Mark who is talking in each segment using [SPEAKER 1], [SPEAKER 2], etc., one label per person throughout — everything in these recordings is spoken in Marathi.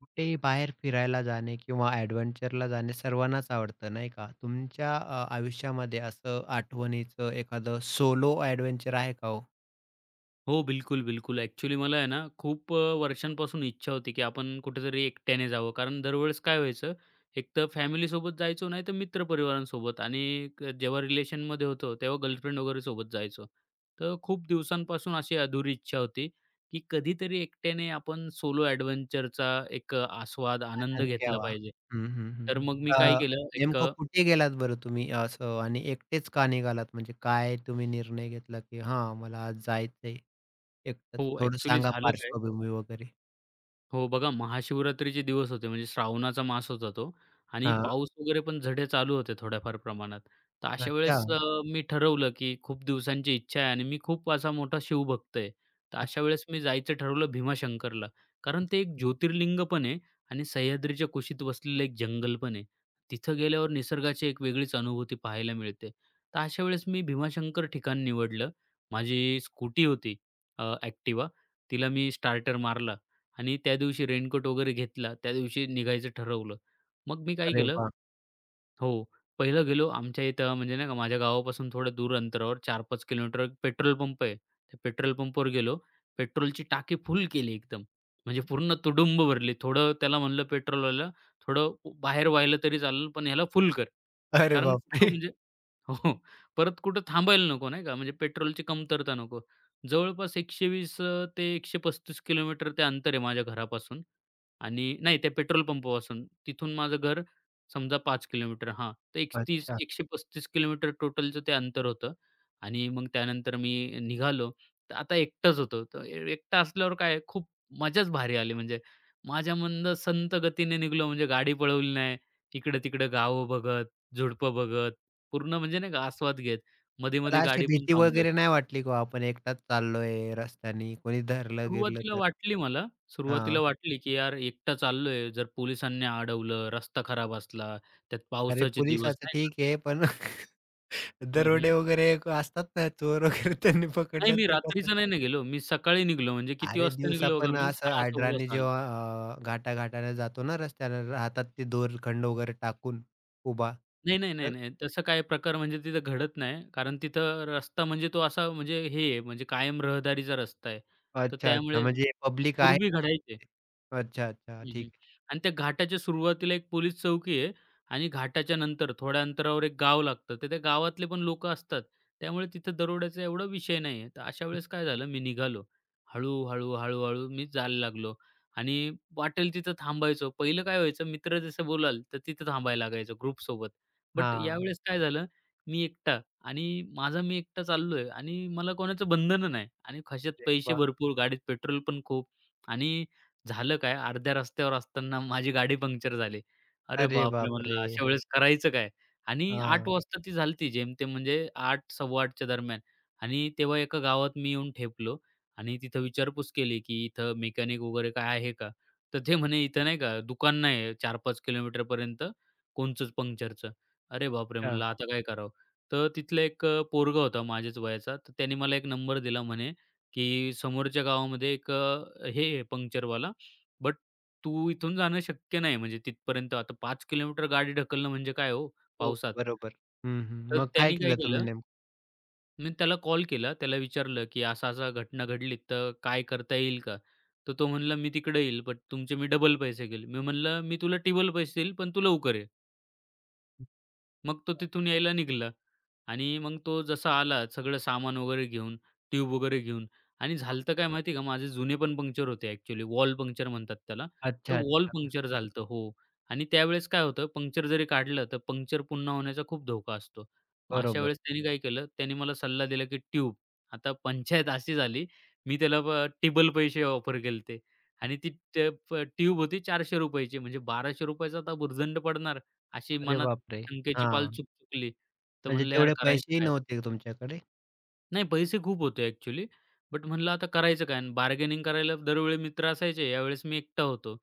[SPEAKER 1] कुठेही बाहेर फिरायला जाणे किंवा ॲडव्हेंचरला जाणे सर्वांनाच आवडतं, नाही का? तुमच्या आयुष्यामध्ये असं आठवणीचं एखादं सोलो ॲडव्हेंचर आहे का हो?
[SPEAKER 2] हो, बिलकुल, बिलकुल. ॲक्चुअली मला आहे ना, खूप वर्षांपासून इच्छा होती, की आपण कुठेतरी एकट्याने जावं. कारण दरवेळेस काय व्हायचं, एक तर फॅमिलीसोबत जायचो, नाहीतर मित्रपरिवारांसोबत आणि जेव्हा रिलेशनमध्ये होतो, तेव्हा गर्लफ्रेंड वगैरे सोबत जायचो. तर खूप दिवसांपासून अशी अधुरी इच्छा होती, की कधीतरी एकट्याने आपण सोलो ॲडव्हेंचरचा एक आस्वाद, आनंद
[SPEAKER 1] आनंद
[SPEAKER 2] घेतला
[SPEAKER 1] घ्यावा.
[SPEAKER 2] पाहिजे.
[SPEAKER 1] हं, हं, हं.
[SPEAKER 2] तर मग मी काय
[SPEAKER 1] अ,
[SPEAKER 2] केलं,
[SPEAKER 1] नेमकं कुठे गेलात बरं तुम्ही असं आणि एकटेच का निघालात? म्हणजे काय तुम्ही निर्णय घेतला, की हां, मला आज जायचंय
[SPEAKER 2] हो,
[SPEAKER 1] एकटंच? थोडं
[SPEAKER 2] ॲक्चुअली
[SPEAKER 1] सांगा
[SPEAKER 2] झालं काय
[SPEAKER 1] पार्श्वभूमी वगैरे.
[SPEAKER 2] हो, बघा महाशिवरात्रीचे दिवस होते म्हणजे श्रावणाचा मास होता तो आणि
[SPEAKER 1] हां.
[SPEAKER 2] पाऊस वगैरे पण झडे चालू होते थोड्याफार प्रमाणात. तर अशा
[SPEAKER 1] अच्छा.
[SPEAKER 2] वेळेस अ, मी ठरवलं, की खूप दिवसांची इच्छा आहे आणि मी खूप असा मोठा शिवभक्त आहे. तर अशा वेळेस मी जायचं ठरवलं भीमाशंकरला. कारण ते एक ज्योतिर्लिंग पण आहे आणि सह्याद्रीच्या कुशीत वसलेलं एक जंगल पण आहे. तिथं गेल्यावर निसर्गाची एक वेगळीच अनुभूती पाहायला मिळते. तर अशा वेळेस मी भीमाशंकर ठिकाण निवडलं. माझी स्कूटी होती. अ, तिला मी स्टार्टर मारला आणि त्या दिवशी रेनकोट वगैरे घेतला. त्या दिवशी निघायचं ठरवलं. मग मी काय
[SPEAKER 1] अरे
[SPEAKER 2] केलं
[SPEAKER 1] वाह!
[SPEAKER 2] हो, पहिलं गेलो आमच्या इथं म्हणजे नाही का माझ्या गावापासून थोडं दूर अंतरावर 4-5 किलोमीटर एक पेट्रोल पंप आहे. त्या पेट्रोल पंपवर गेलो. पेट्रोलची टाकी फुल केली एकदम. म्हणजे पूर्ण तुडुंब भरली. थोडं त्याला म्हणलं पेट्रोलवाल्याला, "थोडं बाहेर व्हायला तरी चालेल, पण ह्याला फुल कर."
[SPEAKER 1] अरे
[SPEAKER 2] कारण
[SPEAKER 1] बापरे!
[SPEAKER 2] म्हणजे हो. हो. परत कुठं थांबायला नको नाही का, म्हणजे पेट्रोलची कमतरता नको. जवळपास 120 ते 135 किलोमीटर ते अंतर आहे माझ्या घरापासून आणि नाही त्या पेट्रोल पंपापासून. तिथून माझं घर समजा पाच किलोमीटर हां. तर 130
[SPEAKER 1] अच्छा.
[SPEAKER 2] 135 किलोमीटर टोटलचं ते अंतर होतं आणि मग त्यानंतर मी निघालो. तर आता एकटाच होतो. तर एकटा असल्यावर काय खूप मजाच भारी आली. म्हणजे माझ्या मंद संत गतीने निघालो म्हणजे गाडी पळवली नाही. इकडं-तिकडं गावं बघत, झुडपं बघत, पूर्ण म्हणजे नाही का आस्वाद घेत.
[SPEAKER 1] मला
[SPEAKER 2] मधी-मधी
[SPEAKER 1] अशी
[SPEAKER 2] गाडी पण
[SPEAKER 1] भीती वगैरे
[SPEAKER 2] थांबवायची.
[SPEAKER 1] नाही वाटली का ओ आपण एकटाच चाललोय रस्त्यानी, कोणी धरलं-बिरलं
[SPEAKER 2] सुरुवातीला
[SPEAKER 1] तर?
[SPEAKER 2] वाटली मला, सुरुवातीला
[SPEAKER 1] हां.
[SPEAKER 2] वाटली, की यार एकटा चाललोय, जर पोलिसांनी अडवलं, रस्ता खराब असला, त्यात
[SPEAKER 1] अरे
[SPEAKER 2] पावसाचे दिवस
[SPEAKER 1] पोलिसाचं
[SPEAKER 2] नाही का.
[SPEAKER 1] ठीक आहे, पण
[SPEAKER 2] हं, हं.
[SPEAKER 1] दरोडे वगैरे असतात ना, चोर वगैरे त्यांनी
[SPEAKER 2] नाही
[SPEAKER 1] पकडलं
[SPEAKER 2] मी
[SPEAKER 1] तर कसं?
[SPEAKER 2] रात्रीचं नाही ना गेलो. मी सकाळी निघालो. म्हणजे किती
[SPEAKER 1] अरे
[SPEAKER 2] वाजता
[SPEAKER 1] दिवसा
[SPEAKER 2] निघालो बघा
[SPEAKER 1] पण
[SPEAKER 2] मी
[SPEAKER 1] असं आडराणी
[SPEAKER 2] 6:00-6:15 ला.
[SPEAKER 1] जेव्हा घाटा-घाटाने जातो ना रस्त्यानं, हातात ते दोरखंड वगैरे टाकून उभा.
[SPEAKER 2] नाही, नाही, नाही,
[SPEAKER 1] तर
[SPEAKER 2] नाही. तसं काही प्रकार म्हणजे तिथं घडत नाही. कारण तिथं रस्ता म्हणजे तो असा म्हणजे हे आहे म्हणजे कायम रहदारीचा रस्ता आहे. तर
[SPEAKER 1] अच्छा, अच्छा.
[SPEAKER 2] त्यामुळे
[SPEAKER 1] म्हणजे पब्लिक आहे
[SPEAKER 2] पूर्वी घडायचे.
[SPEAKER 1] तिथे. अच्छा, अच्छा.
[SPEAKER 2] हं, हं.
[SPEAKER 1] ठीक
[SPEAKER 2] आणि त्या घाटाच्या सुरुवातीला एक पोलीस चौकी आहे आणि घाटाच्या नंतर थोड्या अंतरावर एक गाव लागतं. तर त्या गावातले पण लोकं असतात. त्यामुळे तिथं दरोड्याचा एवढा विषय नाही आहे. तर अशा
[SPEAKER 1] आहे.
[SPEAKER 2] वेळेस काय झालं, मी निघालो. हळू-हळू मी जायला लागलो आणि वाटेल तिथं थांबायचो. पहिलं काय व्हायचं, मित्र जसं बोलाल, तर तिथं थांबायला लागायचं ग्रुपसोबत. बट
[SPEAKER 1] हां.
[SPEAKER 2] यावेळेस काय झालं, मी एकटा आणि माझा मी एकटा चाललोय आणि मला कोणाचं बंधन नाही आणि खिशात
[SPEAKER 1] अरे
[SPEAKER 2] पैसे
[SPEAKER 1] वाह!
[SPEAKER 2] भरपूर, गाडीत पेट्रोल पण खूप आणि झालं काय, अर्ध्या रस्त्यावर असताना माझी गाडी पंक्चर झाली. अरे
[SPEAKER 1] अरे
[SPEAKER 2] बापरे! म्हणलं
[SPEAKER 1] बापरे!
[SPEAKER 2] अशा वेळेस करायचं काय? आणि 8
[SPEAKER 1] हां.
[SPEAKER 2] वाजता ती झालती जेमतेम म्हणजे 8, 8:15 च्या दरम्यान आणि तेव्हा एका गावात मी येऊन ठेपलो आणि तिथं विचारपूस केली, की "इथं मेकॅनिक वगैरे काय आहे का?" तर ते म्हणे, "इथं नाही का दुकान नाही आहे 4-5 किलोमीटरपर्यंत कोणचंच पंक्चरचं." अरे बापरे! म्हणलं आता काय करावं? तर तिथला एक पोरगा होता माझ्याच वयाचा, तर त्याने मला एक नंबर दिला म्हणे, की समोरच्या गावामध्ये एक अ, हे पंक्चरवाला. बट तू इथून जाणं शक्य नाही म्हणजे तिथपर्यंत. आता 5 किलोमीटर गाडी ढकलणं म्हणजे काय हो
[SPEAKER 1] हो,
[SPEAKER 2] पावसात.
[SPEAKER 1] बरोबर. हं, हं.
[SPEAKER 2] तर
[SPEAKER 1] मग काय
[SPEAKER 2] त्यांनी काय
[SPEAKER 1] केलं तुम्ही
[SPEAKER 2] केलं,
[SPEAKER 1] नेमकं?
[SPEAKER 2] मी त्याला कॉल केला. त्याला विचारलं, की "असा-असा घटना घडली, तर काय करता येईल का?" तर तो म्हणला, "मी तिकडे येईल, बट तुमचे मी डबल पैसे घेईल." मी म्हणलं, "मी तुला टिबल पैसे देईल, पण तू लवकर ये." मग तो तिथून यायला निघाला. आणि मग तो जसा आला सगळं सामान वगैरे घेऊन, ट्यूब वगैरे घेऊन आणि झालं काय माहिती आहे का, माझे जुने पण पंक्चर होते ॲक्चुअली वॉल पंक्चर म्हणतात त्याला. तर
[SPEAKER 1] अच्छा,
[SPEAKER 2] वॉल
[SPEAKER 1] अच्छा.
[SPEAKER 2] पंक्चर झालं हो. आणि त्यावेळेस काय होतं पंक्चर जरी काढलं तर पंक्चर पुन्हा होण्याचा खूप धोका असतो. मग अशा
[SPEAKER 1] बरोबर.
[SPEAKER 2] वेळेस त्याने काय केलं, त्याने मला सल्ला दिला की ट्यूब. आता पंचायत अशी झाली, मी त्याला टिबल पैसे ऑफर केलते आणि ती ट प ट्यूब होती ₹400 ची म्हणजे ₹1200 चा आता भुर्दंड पडणार, अशी
[SPEAKER 1] अरे
[SPEAKER 2] मनात
[SPEAKER 1] बापरे!
[SPEAKER 2] शंकेची पाल
[SPEAKER 1] हां,
[SPEAKER 2] चुकचुकली. तर
[SPEAKER 1] म्हणजे
[SPEAKER 2] म्हणलं, "यार
[SPEAKER 1] तेवढे
[SPEAKER 2] करायचं
[SPEAKER 1] पैसेही
[SPEAKER 2] काय?"
[SPEAKER 1] नव्हते तुमच्याकडे?
[SPEAKER 2] नाही पैसे खूप होते ॲक्चुअली. बट म्हणलं आता करायचं काय? आणि बार्गेनिंग करायला दरवेळी मित्र असायचे. यावेळेस मी एकटा होतो.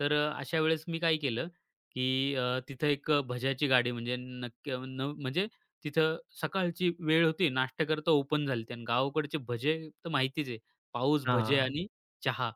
[SPEAKER 2] तर अशा वेळेस मी काय केलं, की तिथं एक भज्याची गाडी म्हणजे नक्की अ, न म्हणजे तिथं सकाळची वेळ होती. नाश्ता करता ओपन झाली आणि गावाकडचे भजे तर माहितीच आहे. पाऊस, भजे
[SPEAKER 1] हां.
[SPEAKER 2] आणि चहा.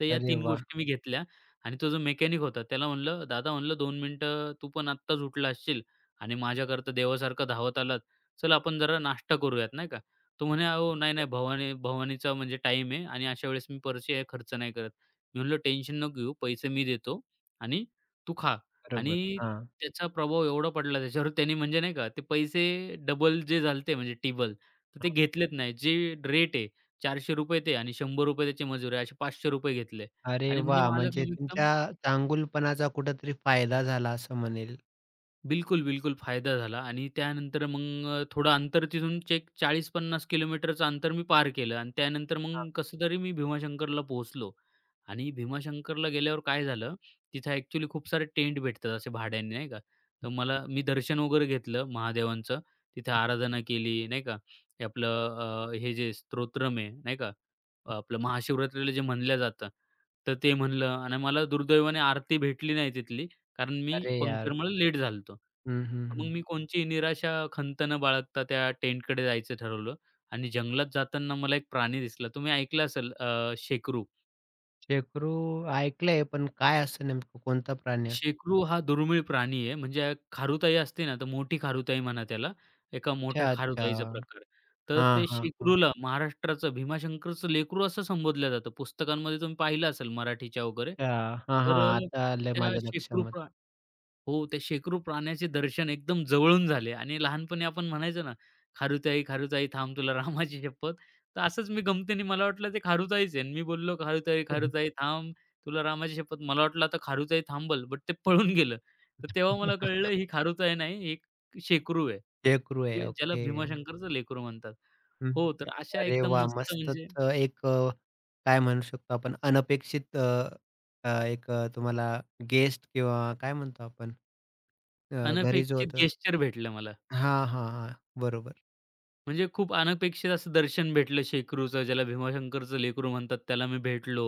[SPEAKER 2] तर या
[SPEAKER 1] अरे
[SPEAKER 2] 3
[SPEAKER 1] वाह!
[SPEAKER 2] गोष्टी मी घेतल्या आणि तो जो मेकॅनिक होता त्याला म्हणलं, "दादा," म्हणलं, "2 मिनिटं तू पण आत्ताच उठला असशील आणि माझ्याकरता देवासारखं धावत आलात. चल आपण जरा नाश्ता करूयात." नाही का? तो म्हणे, "अहो नाही-नाही
[SPEAKER 1] बरोबर,
[SPEAKER 2] भवानी भवानीचा म्हणजे टाईम आहे आणि अशा वेळेस मी पैसे खर्च नाही करत." मी म्हणलं, "टेन्शन नको घेऊ. पैसे मी देतो आणि तू खा." आणि
[SPEAKER 1] बरोबर. हां,
[SPEAKER 2] त्याचा प्रभाव एवढा पडला त्याच्यावर त्याने म्हणजे नाही का ते पैसे डबल जे झालते म्हणजे टिबल, तर ते
[SPEAKER 1] हां.
[SPEAKER 2] घेतलेच नाही. जे रेट आहे ₹400 ते आणि ₹100 त्याची मजूर आहे असे ₹500 घेतले
[SPEAKER 1] अरे
[SPEAKER 2] आणि म्हणजे
[SPEAKER 1] वाह!
[SPEAKER 2] माझं
[SPEAKER 1] म्हणजे तुमच्या
[SPEAKER 2] कमीत
[SPEAKER 1] चांगुलपणाचा कुठेतरी फायदा झाला असं म्हणेल.
[SPEAKER 2] बिलकुल, बिलकुल फायदा झाला आणि त्यानंतर मग थोडं अंतर तिथून चेक 40-50 किलोमीटरचं अंतर मी पार केलं आणि त्यानंतर
[SPEAKER 1] हां,
[SPEAKER 2] मग कसं तरी मी भीमाशंकरला पोहोचलो आणि भीमाशंकरला गेल्यावर काय झालं, तिथं ॲक्चुअली खूप सारे टेंट भेटतात असे भाड्याने नाही का. तर मला मी दर्शन वगैरे घेतलं महादेवांचं, तिथे आराधना केली नाही का. हे आपलं
[SPEAKER 1] बरोबर.
[SPEAKER 2] हे जे स्तोत्रम आहे नाही का, आपलं महाशिवरात्रीला जे म्हणलं जातं, तर ते म्हणलं आणि मला दुर्दैवाने आरती भेटली नाही तिथली. कारण मी
[SPEAKER 1] अरे यार!
[SPEAKER 2] पंक्चरमुळे लेट झालो होतो.
[SPEAKER 1] हं, हं,
[SPEAKER 2] मग
[SPEAKER 1] हं.
[SPEAKER 2] मी कोणची निराशा, खंत न बाळगता त्या टेंटकडे जायचं ठरवलं आणि जंगलात जाताना मला एक प्राणी दिसला. तुम्ही ऐकलं असेल शेकरू.
[SPEAKER 1] शेकरू ऐकलंय, पण काय असतं नेमकं कोणता प्राणी असतो?
[SPEAKER 2] शेकरू हा दुर्मिळ प्राणी आहे. म्हणजे खारुताई असते ना, तर मोठी खारुताई म्हणा त्याला. एका मोठ्या
[SPEAKER 1] अच्छा,
[SPEAKER 2] खारुताईचा
[SPEAKER 1] अच्छा.
[SPEAKER 2] प्रकार. तर
[SPEAKER 1] हां,
[SPEAKER 2] ते
[SPEAKER 1] हां, हां.
[SPEAKER 2] शेकरूला महाराष्ट्राचं भीमाशंकरचं लेकरू असं संबोधलं जातं. पुस्तकांमध्ये तुम्ही पाहिलं असेल मराठीच्या वगैरे.
[SPEAKER 1] अच्छा. हां,
[SPEAKER 2] तर अ,
[SPEAKER 1] हां. आता आलं
[SPEAKER 2] त्या
[SPEAKER 1] माझ्या
[SPEAKER 2] शेकरू
[SPEAKER 1] लक्षामध्ये.
[SPEAKER 2] प्रा हो, त्या शेकडो प्राण्याचे दर्शन एकदम जवळून झाले आणि लहानपणी आपण म्हणायचो ना, "खारुताई, खारुताई थांब तुला रामाची शपथ." तर असंच मी गमतीने मला वाटलं ते खारुताईच आहे आणि मी बोललो, "खारुताई, खारुताई थांब तुला रामाची शपथ." मला वाटलं आता खारुताई थांबल, बट ते पळून गेलं. तर तेव्हा मला कळलं ही खारुताई नाही, ही एक शेकरू आहे.
[SPEAKER 1] चेकरू आहे.
[SPEAKER 2] ते ज्याला
[SPEAKER 1] ओके.
[SPEAKER 2] भीमाशंकरचं लेकरू म्हणतात.
[SPEAKER 1] हं.
[SPEAKER 2] हो, तर अशा
[SPEAKER 1] अरे
[SPEAKER 2] एकदम
[SPEAKER 1] वाह!
[SPEAKER 2] मस्त
[SPEAKER 1] मस्तच
[SPEAKER 2] म्हणजे
[SPEAKER 1] काय म्हणू शकतो आपण अनपेक्षित तुम्हाला गेस्ट किंवा काय म्हणतो आपण घरी जो
[SPEAKER 2] अनपेक्षित
[SPEAKER 1] होतं
[SPEAKER 2] गेस्चर भेटलं मला.
[SPEAKER 1] हां, हां, हां. बरोबर.
[SPEAKER 2] म्हणजे खूप अनपेक्षित असं दर्शन भेटलं शेकरूचं, ज्याला भीमाशंकरचं लेकरू म्हणतात, त्याला मी भेटलो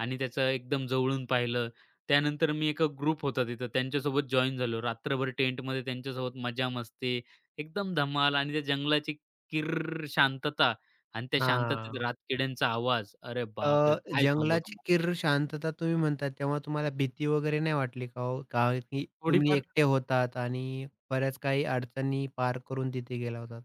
[SPEAKER 2] आणि त्याचं एकदम जवळून पाहिलं. त्यानंतर मी एका ग्रुप होता तिथं, त्यांच्यासोबत जॉइन झालो. रात्रभर टेंटमध्ये त्यांच्यासोबत मजा-मस्ती, एकदम धमाल आणि त्या जंगलाची किर्र शांतता आणि त्या शांततेत
[SPEAKER 1] हां.
[SPEAKER 2] रातकिड्यांचा आवाज. अरे
[SPEAKER 1] अ,
[SPEAKER 2] बापरे! काय सांगू
[SPEAKER 1] जंगलाची
[SPEAKER 2] तुम्हाला.
[SPEAKER 1] किर्र शांतता तुम्ही म्हणता तेव्हा तुम्हाला भीती वगैरे नाही वाटली का हो? कारण की तुम्ही
[SPEAKER 2] थोडीफार
[SPEAKER 1] एकटे होतात आणि बऱ्याच काही अडचणी पार करून तिथे गेला होतात.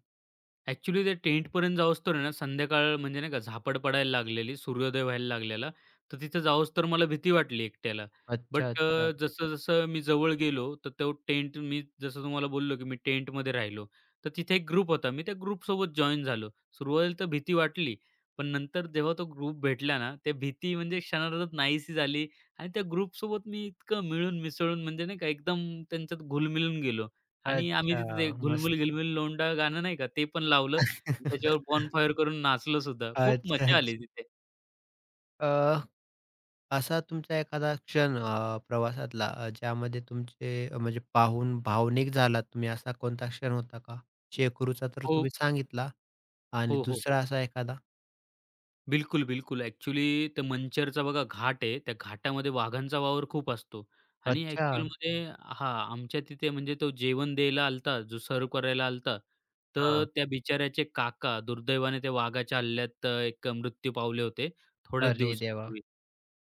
[SPEAKER 2] ॲक्चुअली ते टेंटपर्यंत जाऊस्तोवर आहे ना, संध्याकाळ म्हणजे नाही का झापड पडायला लागलेली, सूर्योदय व्हायला लागलेला. तर तिथं जाऊस्तोवर मला भीती वाटली एकट्याला.
[SPEAKER 1] अच्छा,
[SPEAKER 2] बट
[SPEAKER 1] अच्छा.
[SPEAKER 2] जसं-जसं मी जवळ गेलो, तर तो टेंट मी जसं तुम्हाला बोललो, की मी टेंटमध्ये राहिलो. तर तिथे एक ग्रुप होता. मी त्या ग्रुपसोबत जॉइन झालो. सुरुवातीला तर भीती वाटली, पण नंतर जेव्हा तो ग्रुप भेटला ना, त्या भीती म्हणजे क्षणार्धात नाहीशी झाली आणि त्या ग्रुपसोबत मी इतकं मिळून मिसळून म्हणजे नाही का एकदम त्यांच्यात घुलमिलून गेलो. आणि आम्ही
[SPEAKER 1] अच्छा.
[SPEAKER 2] तिथे ते
[SPEAKER 1] मस्त.
[SPEAKER 2] "घुलमुल-गिलमुल लोंढा" गाणं नाही का, ते पण लावलं आणि त्याच्यावर बॉनफायर करून नाचलो सुद्धा. खूप
[SPEAKER 1] अच्छा,
[SPEAKER 2] मजा
[SPEAKER 1] अच्छा.
[SPEAKER 2] आली तिथे.
[SPEAKER 1] अ, असा तुमचा एखादा क्षण प्रवासातला ज्यामध्ये तुमचे म्हणजे पाहून भावनिक झालात तुम्ही, असा कोणता क्षण होता का? शेकरूचा तर
[SPEAKER 2] हो.
[SPEAKER 1] तुम्ही सांगितला आणि
[SPEAKER 2] हो, हो, हो.
[SPEAKER 1] दुसरा असा एखादा?
[SPEAKER 2] बिलकुल, बिलकुल. ॲक्चुअली ते मंचरचा बघा घाट आहे. त्या घाटामध्ये वाघांचा वावर खूप असतो आणि
[SPEAKER 1] अच्छा.
[SPEAKER 2] ॲक्चुअलमध्ये हां, आमच्या तिथे म्हणजे तो जेवण द्यायला आलता होता, जो सर्व्ह करायला आला होता, तर
[SPEAKER 1] हां.
[SPEAKER 2] त्या बिचाऱ्याचे काका दुर्दैवाने त्या वाघाच्या हल्ल्यात एक मृत्यू पावले होते थोड्याच
[SPEAKER 1] अरे देवा!
[SPEAKER 2] दिवसापूर्वी.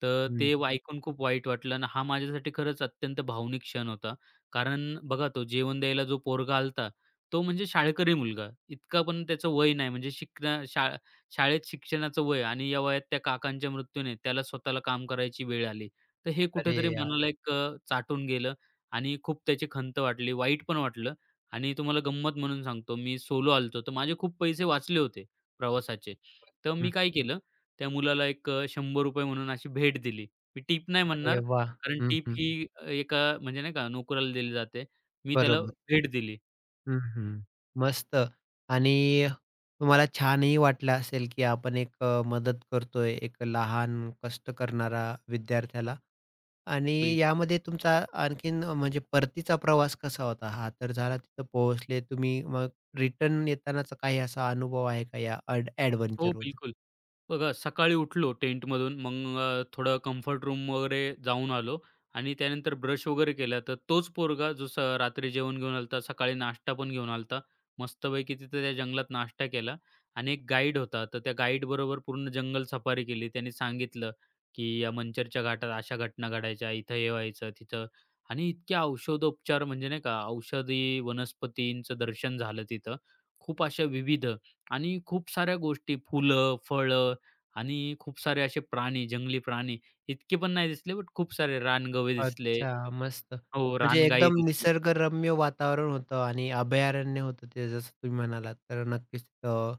[SPEAKER 2] तर ते
[SPEAKER 1] हं.
[SPEAKER 2] ऐकून खूप वाईट वाटलं आणि हा माझ्यासाठी खरंच अत्यंत भावनिक क्षण होता. कारण बघा तो जेवण द्यायला जो पोरगा आला तो म्हणजे शाळकरी मुलगा. इतका पण त्याचं वय नाही म्हणजे शिकण्या शा शाळेत शिक्षणाचं वय आणि या वयात त्या काकांच्या मृत्यूने त्याला स्वतःला काम करायची वेळ आली. तर हे
[SPEAKER 1] अरे
[SPEAKER 2] कुठेतरी
[SPEAKER 1] यार!
[SPEAKER 2] मनाला एक चाटून गेलं आणि खूप त्याची खंत वाटली, वाईट पण वाटलं आणि तुम्हाला गंमत म्हणून सांगतो, मी सोलो आलो तर माझे खूप पैसे वाचले होते प्रवासाचे. तर मी
[SPEAKER 1] हं.
[SPEAKER 2] काय केलं, त्या मुलाला ₹100 म्हणून अशी भेट दिली. मी टिप नाही
[SPEAKER 1] अरे
[SPEAKER 2] म्हणणार,
[SPEAKER 1] वाह!
[SPEAKER 2] कारण
[SPEAKER 1] हं,
[SPEAKER 2] टिप
[SPEAKER 1] हं.
[SPEAKER 2] ही एका म्हणजे नाही का नोकराला दिली जाते. मी त्याला
[SPEAKER 1] बरोबर.
[SPEAKER 2] भेट दिली.
[SPEAKER 1] हं, हं. मस्त आणि तुम्हाला छानही वाटलं असेल, की आपण मदत करतोय, एक लहान कष्ट करणारा विद्यार्थ्याला आणि
[SPEAKER 2] बिलकुल.
[SPEAKER 1] यामध्ये तुमचा आणखीन म्हणजे परतीचा प्रवास कसा होता? हा तर झाला तिथं पोहोचले तुम्ही. मग रिटर्न येतानाचा काही असा अनुभव आहे का या
[SPEAKER 2] हो,
[SPEAKER 1] अॅडव्हेंचरहून?
[SPEAKER 2] बिलकुल. बघा, सकाळी उठलो टेंटमधून, मग थोडं कम्फर्ट रूम वगैरे जाऊन आलो आणि त्यानंतर ब्रश वगैरे केला. तर तोच पोरगा जो रात्री जेवण घेऊन आला होता, सकाळी नाश्ता पण घेऊन आला होता. मस्तपैकी तिथं त्या जंगलात नाश्ता केला आणि एक गाईड होता. तर त्या गाईडबरोबर पूर्ण जंगल सफारी केली. त्याने सांगितलं, की या मंचरच्या घाटात अशा घटना घडायच्या, इथं हे व्हायचं, तिथं आणि इतके औषधोपचार म्हणजे नाही का, औषधी वनस्पतींचं दर्शन झालं तिथं. खूप अशा विविध आणि खूप साऱ्या गोष्टी, फुलं, फळं आणि खूप सारे असे प्राणी, जंगली प्राणी इतके पण नाही दिसले, बट खूप सारे रानगवे दिसले.
[SPEAKER 1] अच्छा, मस्त.
[SPEAKER 2] हो,
[SPEAKER 1] म्हणजे
[SPEAKER 2] रानगाई
[SPEAKER 1] एकदम
[SPEAKER 2] दिसल्या.
[SPEAKER 1] निसर्गरम्य वातावरण होतं आणि अभयारण्य होतं ते जसं तुम्ही म्हणालात. तर नक्कीच तिथं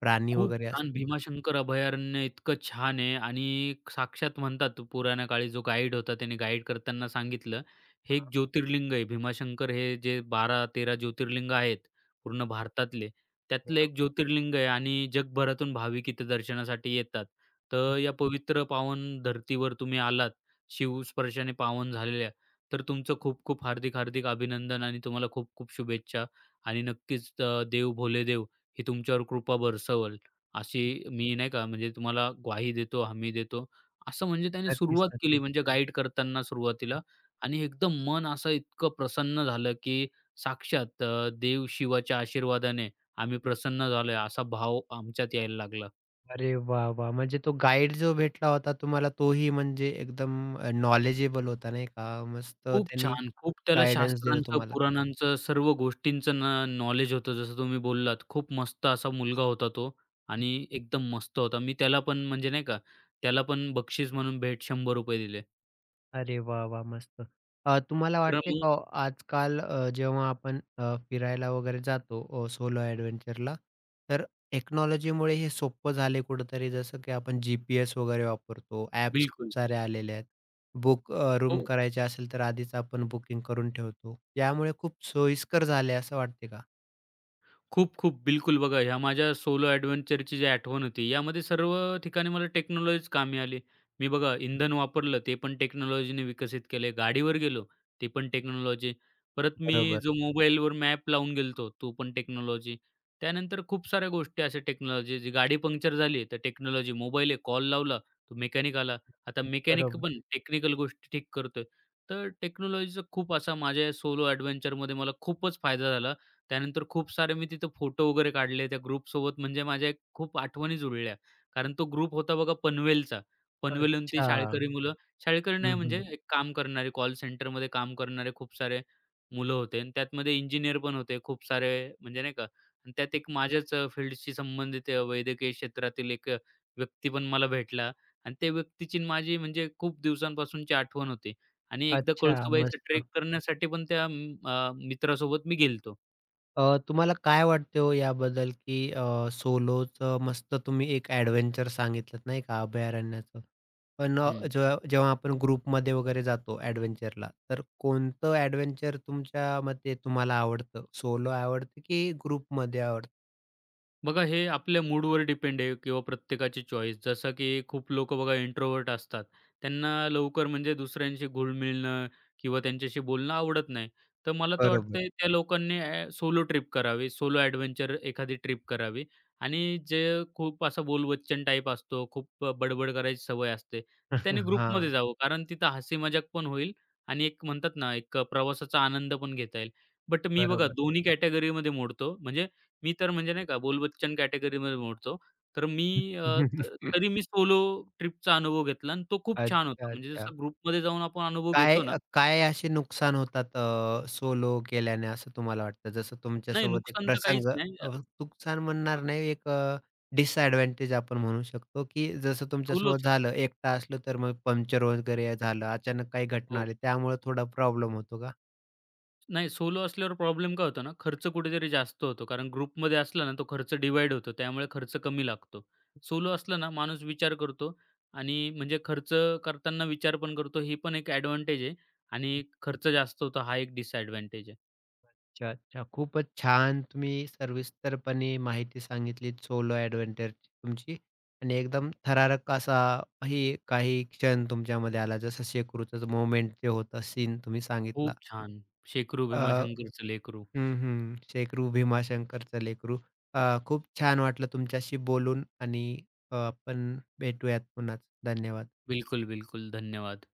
[SPEAKER 1] प्राणी
[SPEAKER 2] खूप
[SPEAKER 1] वगैरे
[SPEAKER 2] छान
[SPEAKER 1] असतील.
[SPEAKER 2] भीमाशंकर अभयारण्य इतकं छान आहे आणि साक्षात म्हणतात पुराण्या काळी जो गाईड होता त्याने गाईड करताना सांगितलं, हे
[SPEAKER 1] हां,
[SPEAKER 2] एक ज्योतिर्लिंग आहे. भीमाशंकर हे जे 12-13 ज्योतिर्लिंग आहेत पूर्ण भारतातले, त्यातलं एक
[SPEAKER 1] बरोबर.
[SPEAKER 2] ज्योतिर्लिंग आहे आणि जगभरातून भाविक इथे दर्शनासाठी येतात. तर या पवित्र पावन धरतीवर तुम्ही आलात, शिवस्पर्शाने पावन झालेल्या, तर तुमचं खूप-खूप हार्दिक-हार्दिक अभिनंदन आणि तुम्हाला खूप-खूप शुभेच्छा आणि नक्कीच देव भोलेदेव ही तुमच्यावर कृपा बरसवल. अशी मी नाही का म्हणजे तुम्हाला ग्वाही देतो, हमी देतो, असं म्हणजे त्याने
[SPEAKER 1] नक्कीच,
[SPEAKER 2] सुरुवात केली
[SPEAKER 1] नक्कीच.
[SPEAKER 2] म्हणजे गाईड करताना सुरुवातीला आणि एकदम मन असं इतकं प्रसन्न झालं, की साक्षात देव शिवाच्या आशीर्वादाने आम्ही प्रसन्न झालोय असा भाव आमच्यात यायला लागला.
[SPEAKER 1] अरे वाह! वाह! म्हणजे तो गाईड जो भेटला होता तुम्हाला तोही म्हणजे एकदम नॉलेजेबल होता नाही का? मस्त
[SPEAKER 2] खूप
[SPEAKER 1] त्यांनी
[SPEAKER 2] छान! खूप त्याला
[SPEAKER 1] गाईडन्स दिलं
[SPEAKER 2] शास्त्रांचं,
[SPEAKER 1] तुम्हाला.
[SPEAKER 2] पुराणांचं सर्व गोष्टींचं न नॉलेज होतं जसं तुम्ही बोललात. खूप मस्त असा मुलगा होता तो आणि एकदम मस्त होता. मी त्याला पण म्हणजे नाही का, त्याला पण बक्षीस म्हणून भेट ₹100 दिले.
[SPEAKER 1] अरे वाह! वाह! मस्त. तुम्हाला
[SPEAKER 2] तर
[SPEAKER 1] वाटते
[SPEAKER 2] मग
[SPEAKER 1] का ओ आजकाल जेव्हा आपण फिरायला वगैरे जातो सोलो एडव्हेंचरला, तर टेक्नॉलॉजीमुळे हे सोपं झाले कुठेतरी जसं की आपण GPS वगैरे वापरतो, ॲप्स
[SPEAKER 2] बिलकुल.
[SPEAKER 1] खूप सारे आलेले आहेत. बुक रूम
[SPEAKER 2] हो.
[SPEAKER 1] करायची असेल तर आधीच आपण बुकिंग करून ठेवतो. यामुळे खूप सोयीस्कर झाले असं वाटते का?
[SPEAKER 2] खूप-खूप. बिलकुल बघा, ह्या माझ्या सोलो एडव्हेंचरची जी आठवण होती, यामध्ये सर्व ठिकाणी मला टेक्नॉलॉजीच कामी आली. मी बघा इंधन वापरलं, ते पण टेक्नॉलॉजीने विकसित केले. गाडीवर गेलो, ते पण टेक्नॉलॉजी. परत मी
[SPEAKER 1] बरोबर,
[SPEAKER 2] जो मोबाईलवर मॅप लावून गेलतो, तो पण टेक्नॉलॉजी. त्यानंतर खूप साऱ्या गोष्टी अशा टेक्नॉलॉजी जी गाडी पंक्चर झाली, तर टेक्नॉलॉजी. मोबाईल आहे, कॉल लावला, तो मेकॅनिक आला. आता मेकॅनिक
[SPEAKER 1] बरोबर.
[SPEAKER 2] पण टेक्निकल गोष्टी ठीक करतोय. तर टेक्नॉलॉजीचा खूप असा माझ्या सोलो एडव्हेंचरमध्ये मला खूपच फायदा झाला. त्यानंतर खूप सारे मी तिथं फोटो वगैरे काढले त्या ग्रुपसोबत म्हणजे माझ्या एक खूप आठवणी जुळल्या. कारण तो ग्रुप होता बघा पनवेलचा. पनवेलहून ती
[SPEAKER 1] अच्छा.
[SPEAKER 2] शाळकरी मुलं, शाळकरी
[SPEAKER 1] हं,
[SPEAKER 2] नाही म्हणजे
[SPEAKER 1] हं.
[SPEAKER 2] एक काम करणारे कॉल सेंटरमध्ये काम करणारे खूप सारे मुलं होते आणि त्यातमध्ये इंजिनिअर पण होते खूप सारे म्हणजे नाही का आणि त्यात एक माझ्याच फील्डशी संबंधित वैद्यकीय क्षेत्रातील एक व्यक्ती पण मला भेटला आणि त्या व्यक्तीची आणि माझी म्हणजे खूप दिवसांपासूनची आठवण होती आणि एकदा
[SPEAKER 1] अच्छा,
[SPEAKER 2] कळसूबाईचा ट्रेक
[SPEAKER 1] मस्त.
[SPEAKER 2] करण्यासाठी पण त्या मित्रासोबत मी गेलो.
[SPEAKER 1] तुम्हाला काय वाटते हो याबद्दल, की सोलोचं मस्त तुम्ही एक ॲडव्हेंचर सांगितलंत नाही का अभयारण्याचं. पण
[SPEAKER 2] हं.
[SPEAKER 1] जेव्हा जेव्हा आपण ग्रुपमध्ये वगैरे जातो ॲडव्हेंचरला, तर कोणतं ॲडव्हेंचर तुमच्या मते तुम्हाला आवडतं? सोलो आवडतं की ग्रुपमध्ये आवडतं?
[SPEAKER 2] बघा हे आपल्या मूडवर डिपेंड आहे किंवा प्रत्येकाची चॉईस. जसं की खूप लोकं बघा इंट्रोव्हर्ट असतात. त्यांना लवकर म्हणजे दुसऱ्यांशी घुल मिळणं किंवा त्यांच्याशी बोलणं आवडत नाही. तर मला तर
[SPEAKER 1] बरोबर.
[SPEAKER 2] वाटतंय त्या लोकांनी सोलो ट्रिप करावी, सोलो एडव्हेंचर एखादी ट्रिप करावी आणि जे खूप असा बोलबच्चन टाइप असतो, खूप बडबड करायची सवय असते, तर त्याने
[SPEAKER 1] हां,
[SPEAKER 2] ग्रुपमध्ये जावं. कारण तिथं हसी मजाक पण होईल आणि एक म्हणतात ना, एक प्रवासाचा आनंद पण घेता येईल. बट मी बघा
[SPEAKER 1] बरोबर.
[SPEAKER 2] दोन्ही कॅटेगरीमध्ये मोडतो. म्हणजे मी तर म्हणजे नाही का बोलबच्चन कॅटेगरीमध्ये मोडतो. तर मी अ, त तरी मी सोलो ट्रिपचा अनुभव घेतला आणि तो खूप छान होता.
[SPEAKER 1] अच्छा,
[SPEAKER 2] म्हणजे
[SPEAKER 1] अच्छा.
[SPEAKER 2] जसं ग्रुपमध्ये जाऊन आपण अनुभव
[SPEAKER 1] काय
[SPEAKER 2] घेतो ना.
[SPEAKER 1] काय असे नुकसान होतात सोलो केल्याने असं तुम्हाला वाटतं? जसं
[SPEAKER 2] नाही
[SPEAKER 1] तुमच्यासोबत एक
[SPEAKER 2] नुकसान तर काहीच
[SPEAKER 1] प्रसंग
[SPEAKER 2] नाही.
[SPEAKER 1] अ, नुकसान म्हणणार नाही डिसएडव्हांटेज आपण म्हणू शकतो, की जसं तुमच्यासोबत
[SPEAKER 2] सोलोचा
[SPEAKER 1] झालं एकटा असलं तर मग पंक्चर वगैरे झालं, अचानक काही घटना
[SPEAKER 2] हो.
[SPEAKER 1] आली त्यामुळे थोडा प्रॉब्लेम होतो का?
[SPEAKER 2] नाही सोलो असल्यावर प्रॉब्लेम काय होतो ना, खर्च कुठेतरी जास्त होतो. कारण ग्रुपमध्ये असला ना तो खर्च डिव्हाईड होतो. त्यामुळे खर्च कमी लागतो. सोलो असला ना माणूस विचार करतो आणि म्हणजे खर्च करताना विचार पण करतो. ही पण एक एडवांटेज आहे आणि खर्च जास्त होतो. हा एक डिसएडवांटेज आहे.
[SPEAKER 1] अच्छा, अच्छा. खूपच छान तुम्ही सविस्तरपणे माहिती सांगितलीत सोलो एडव्हेंचरची तुमची आणि एकदम थरारक असा ही काही क्षण तुमच्यामध्ये आला जसं शेकरूचं मोमेंट जे होतं सीन तुम्ही सांगितला.
[SPEAKER 2] खूप छान. शेकरू
[SPEAKER 1] अ,
[SPEAKER 2] भीमाशंकरचं लेकरू.
[SPEAKER 1] हं, हं. शेकरू भीमाशंकरचं लेकरू. अ, खूप छान वाटलं तुमच्याशी बोलून आणि आपण भेटूयात पुन्हाच. धन्यवाद.
[SPEAKER 2] बिलकुल, बिलकुल. धन्यवाद.